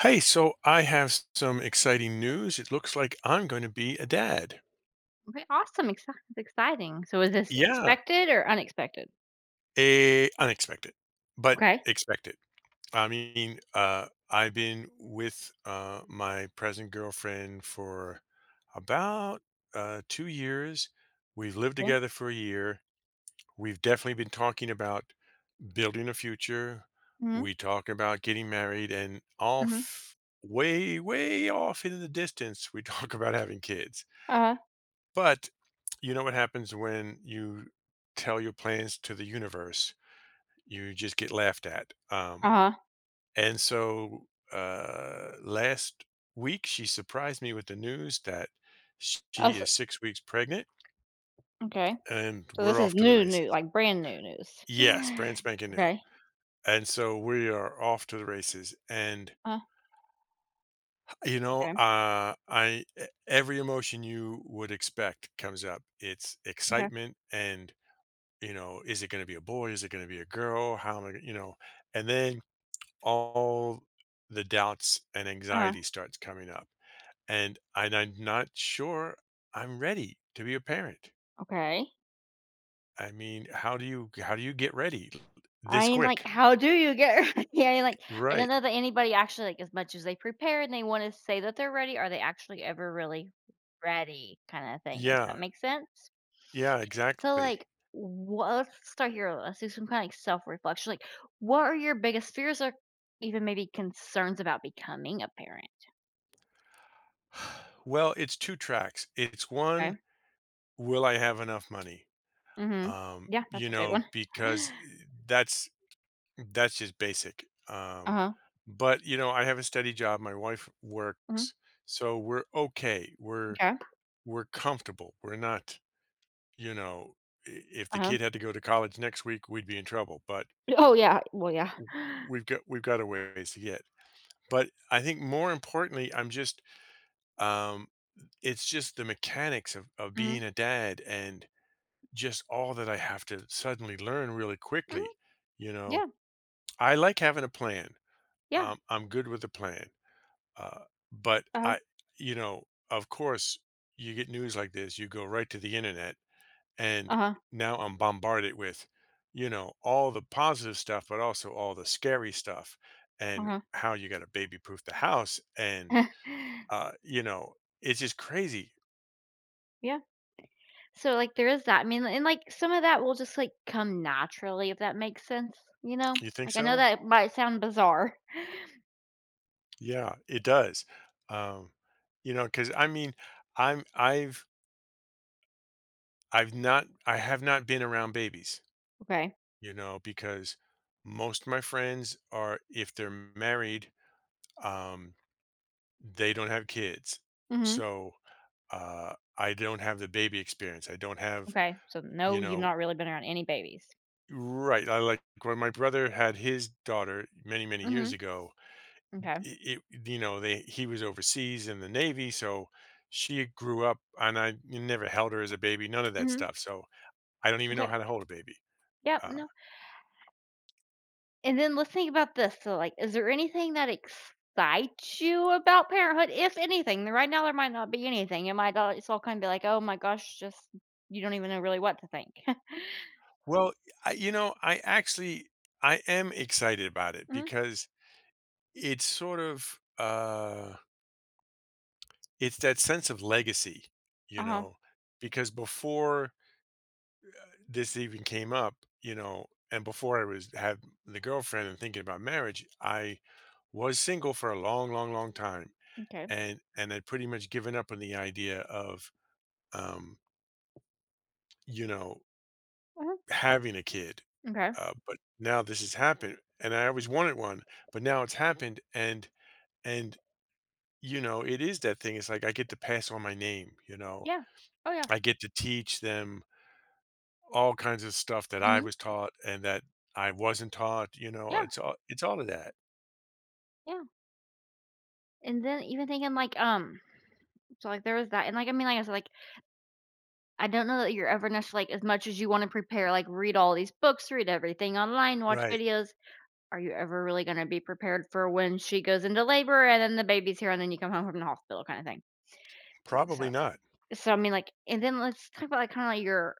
Hey, so I have some exciting news. It looks like I'm going to be a dad. Okay, awesome, exci it's exciting. So is this Yeah, expected or unexpected? a unexpected, but Okay. expected. I mean, I've been with my present girlfriend for about 2 years. We've lived Okay. together for a year. We've definitely been talking about building a future. Mhm, We talk about getting married, and mhm. off way, way off in the distance, we talk about having kids. Uh-huh, But you know what happens when you tell your plans to the universe? You just get laughed at. Um, uh-huh. and so uh, last week, she surprised me with the news that Oh, she so is 6 weeks pregnant okay. and So we're this is off to the new, new, races. like, brand new Yes, news. brand spanking new. Okay. And so we are off to the races. And, Uh, you know, okay, every emotion you would expect comes up. It's okay. excitement and you know, is it going to be a boy? Is it going to be a girl? How am I, gonna- you know, and then all the doubts and uh anxiety starts coming up. And I'm not sure I'm ready to be a parent. okay. I mean, how do you get ready I this mean, like, quick? how do you get Yeah. I mean, like, I don't Right. know that anybody actually, like, as much as they prepare and they wanna say that they're ready, are they actually ever really ready kinda thing, if that Yeah. makes sense? Yeah, So, exactly. like, what let's start here, let's do some kind of, like, self-reflection, like, what are your biggest fears or even maybe concerns about becoming a parent? Well, it's two tracks. It's one, Okay. will I have enough money? Mhm. Yeah, that's You a big know, one. because that's just basic. Uh-huh. But you know, I have a steady job. My wife Mhm. works, so we're okay. We're Okay. we're comfortable. We're not, you know, if the Uh-huh. kid had to go to college next week, we'd be in trouble. But Oh, yeah. Well, yeah. we've got a ways to get. But I think more importantly, I'm just um, it's just the mechanics of Mhm. being a dad and just all that I have to suddenly learn really Mhm. quickly. You know, Yeah. I like having a plan. Yeah. I'm good with a plan. Uh, but Uh-huh. I, you know, of course, you get news like this, you go right to the internet, and Uh-huh. now I'm bombarded with, you know, all the positive stuff, but also all the scary stuff and Uh-huh. how you got to baby proof the house. You know, it's just crazy. Yeah. So, like, there is that. I mean, and, like, some of that will just, like, come naturally, if that makes sense, you know? You think Like, I know so? that might sound bizarre. Yeah, it does. Um, you know, because I mean, I'm, I've, I have not been around babies, Okay. you know, because most of my friends are, if they're married, um, they don't have kids. Mhm. So I don't have the baby experience. I don't have, Okay, so you no, you've know, not really been around any babies. right. I like when my brother had his daughter many, many Mhm. years ago, Okay. You know, he was overseas in the Navy. So she grew up and I never held her as a baby, none of that Mhm. stuff. So I don't even know Okay. how to hold a baby. Yep. uh, No. And then let's think about this. So, like, is there anything that excites you about parenthood, if anything? Right now, there might not be anything. It's all kind of be like, oh my gosh, just you don't even know really what to think. Well, I, you know, I am excited about it Mhm. because it's sort of uh it's that sense of legacy, uh you huh. know, because before this even came up, you know, and before I was had the girlfriend and thinking about marriage, I was single for a long, long, long time, Okay. and I'd pretty much given up on the idea of um, you know, Uh-huh. having a kid. Okay. But now this has happened, and I always wanted one, but now it's happened, and you know, it is that thing. It's like I get to pass on my name, you know, Yeah. Oh yeah. I get to teach them all kinds of stuff that I Mhm. was taught and that I wasn't taught. You know, Yeah. It's all of that, Yeah. And then even thinking like, so like there was that, and like I mean, like I said, like I don't know that you're ever necessarily like, as much as you wanna prepare, like, read all these books, read everything online, watch right? videos, are you ever really gonna be prepared for when she goes into labor and then the baby's here and then you come home from the hospital kinda thing? So Probably not, I mean, like and then let's talk about, like, kinda like your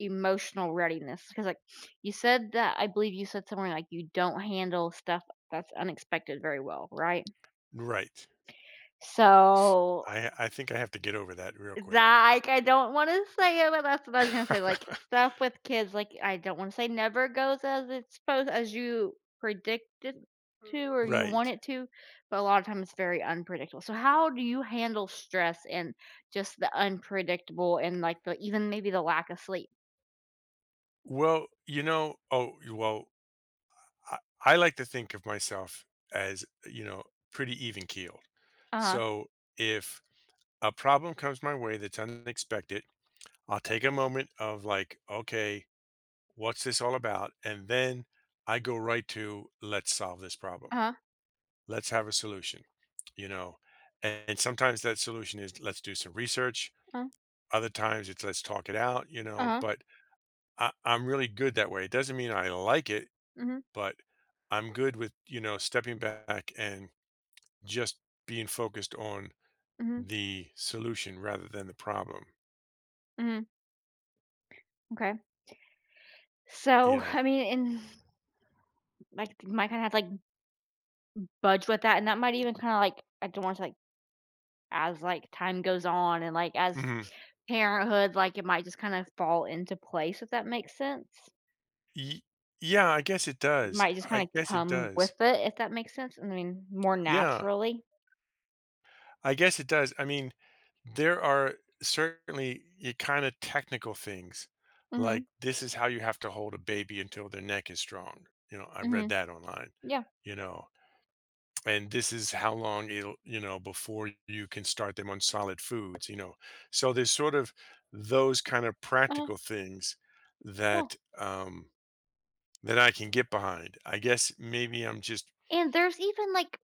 emotional readiness because, like, you said that I believe you said somewhere, like, you don't handle stuff that's unexpected very well, right? right? So. I think I have to get over that real quick, Like, I don't wanna say it, but that's what I was gonna say, like, stuff with kids, like, I don't wanna say never goes as it's supposed as you predicted to or you right? want it to, but a lot of times it's very unpredictable. So how do you handle stress and just the unpredictable and, like, the even maybe the lack of sleep? Well, I, I like to think of myself as, you know, pretty even keeled. Uh-huh, So if a problem comes my way that's unexpected, I'll take a moment of like, okay, what's this all about? And then I go right to, let's solve this problem. uh-huh, Let's have a solution, you know. And sometimes that solution is let's do some research. Uh-huh, Other times it's let's talk it out, you uh know. huh. But I'm really good that way. It doesn't mean I like it, Mhm, but I'm good with, you know, stepping back and just being focused on mhm, the solution rather than the problem, mhm. Okay. you So, know. I mean, and, like, might kinda have to, like, budge with that, and that might even kinda, like, I don't wanna say, like, as, like, time goes on and, like, as Mhm. parenthood, like, it might just kind of fall into place, if that makes sense. Y- yeah, i guess it It does might just i kinda guess it come does with it, if that makes sense. I mean, more Yeah, naturally. I guess it does. I mean, there are certainly you kind of technical things like Mhm, this is how you have to hold a baby until their neck is strong, you know, I read mhm. that online, Yeah, you know, and this is how long it'll, you know, before you can start them on solid foods, you know, so there's sort of those kind of uh practical things yeah. that that I can get behind. I guess maybe I'm just And there's even, like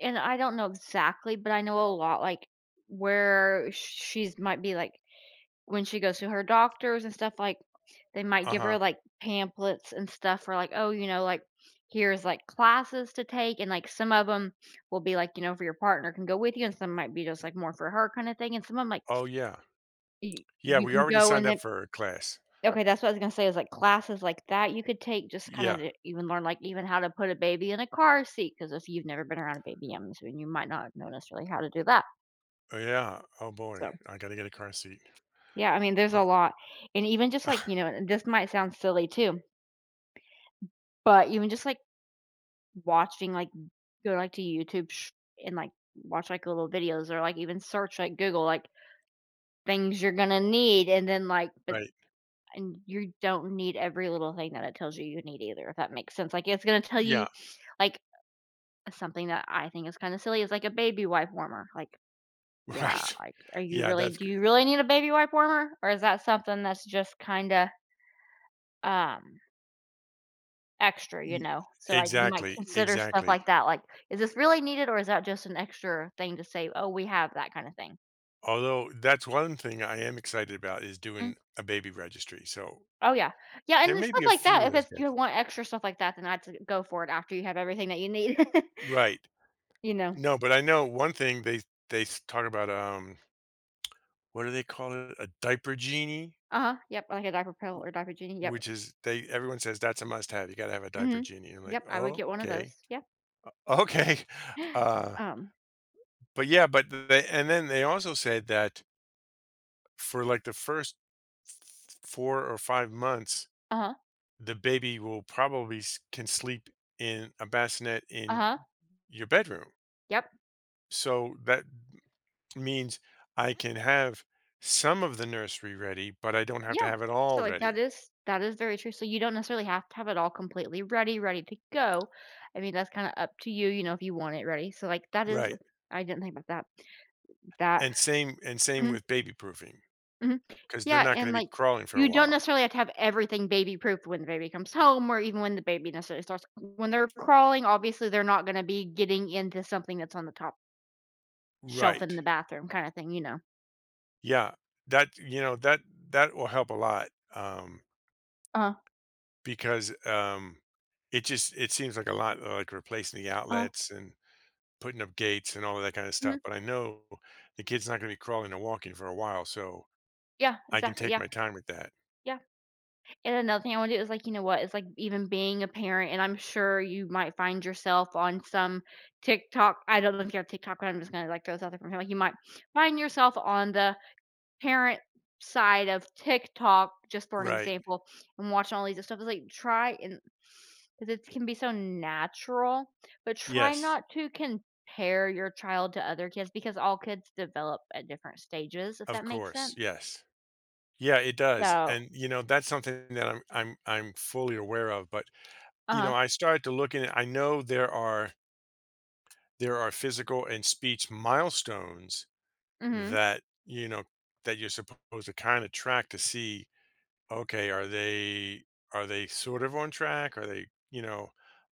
and I don't know exactly, but I know a lot, like, where she's might be, like. When she goes to her doctors and stuff, like, they might give her, uh-huh. like, pamphlets and stuff for, like, "Oh, you know, like, here's, like, classes to take," and, like, some of them will be, like, you know, for your partner can go with you, and some might be just, like, more for her kinda thing, and some of 'em, like, Oh yeah. you Yeah, you we can already go signed and up then. for a class. Okay, that's what I was gonna say is, like, classes like that you could take just kinda Yeah, to even learn, like, even how to put a baby in a car seat because if you've never been around a baby, I'm assuming you might not know necessarily how to do that. oh, yeah, oh boy, So, I gotta get a car seat. yeah, I mean, there's a Huh. lot. And even just, like, and this might sound silly too. But even just, like, watching, like go, like, to YouTube sh and, like, watch, like, little videos or, like, even search, like, Google, like, things you're gonna need and then, like but Right. and you don't need every little thing that it tells you you need either, if that makes sense. Like, it's gonna tell you, Yeah. like, something that I think is kinda silly is, like, a baby wipe warmer. Like, yeah, Right. like, are you Yeah, really that's do good. you really need a baby wipe warmer? Or is that something that's just kinda, um extra, you N- know, so I might exactly, consider stuff like exactly. that, like, "Is this really needed or is that just an extra thing to say? Oh, we have that,' kinda thing?" Although that's one thing I am excited about is Mm, doing a baby registry, so oh, yeah. Yeah, and there then may stuff be a like few that, of if those it's you gadgets. want extra stuff like that, then I'd s go for it after you have everything that you need, Right. you know. No, but I know one thing they s talk about, what do they call it? A diaper genie, Uh-huh, yep, like a diaper pill or diaper genie, yep, which is they everyone says that's a must-have, you gotta have a diaper mhm. genie. I'm like, Yep, I would get one of "Okay, those, yeah. okay." Uh, Um, but yeah, but they and then they also said that for, like, the first f four or 5 months, uh-huh, the baby can sleep in a bassinet in uh-huh, your bedroom. yep. So that means I can have some of the nursery ready, but I don't have to Yeah. have it So, all like, that ready. is that is very true. So, you don't necessarily have to have it all completely ready, ready to go. I mean, that's kinda up to you, you know, if you want it ready. So, like, that is Right. I didn't think about that. That. And same Mhm, with baby proofing mhm. because they're Yeah, not and, going to be like, crawling for a you don't while. necessarily have to have everything baby-proofed when the baby comes home or even when the baby necessarily starts when they're crawling, obviously, they're not gonna be getting into something that's on the top shelf in Right. the bathroom kinda thing, you know? Yeah. That you know that that will help a lot, um, Uh-huh, because it just it seems like a lot, like replacing the uh outlets and putting up gates and all of that kind of stuff. mhm. But I know the kid's not going to be crawling and walking for a while, so Yeah, I can exactly. take Yeah, my time with that. yeah. And another thing I wanna do is, like, you know what, it's like even being a parent, and I'm sure you might find yourself on some TikTok. I don't know if you have TikTok, but I'm just gonna, like, throw this out there for now. Like, you might find yourself on the parent side of TikTok, just for an Right. example, and watching all these stuff. It's like, try and because it can be so natural, but try Yes. not to compare your child to other kids because all kids develop at different stages, if Of that makes course. sense. Yes. Yeah, it does. So. And you know, that's something that I'm fully aware of, but you know, Uh-huh. I started to look in it. I know there are physical and speech milestones Mhm. that, you know, that you're supposed to kind of track to see okay, are they sort of on track? Are they, you know,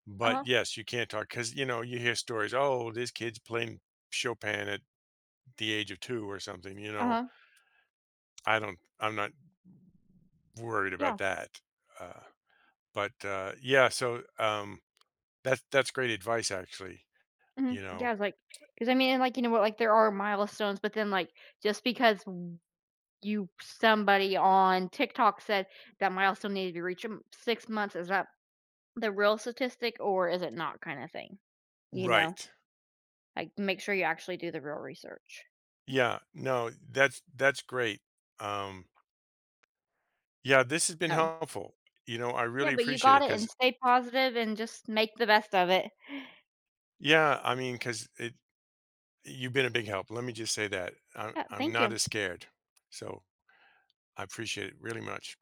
but Uh-huh. yes, you can't talk because you know you hear stories. Oh, this kid's playing Chopin at the age of two or something. You Uh-huh. know, Uh-huh. I don't. I'm not worried Yeah. about that. Uh, but Yeah, so that's great advice, actually. Mhm. You know, Yeah, it's like, because I mean, and, like, you know what, like, there are milestones, but then, like, just because w you somebody on TikTok said that milestone needed to be reached in 6 months, is that the real statistic or is it not kinda thing, you know? right? Like, make sure you actually do the real research. Yeah, no, that's great. Um, Yeah, this has been So, helpful. You know, I yeah, really but you appreciate got it it and because, stay positive and just make the best of it. yeah, I mean, because it you've been a big help. Let me just say that I'm Yeah, I'm thank not you. as scared, so I appreciate it really much.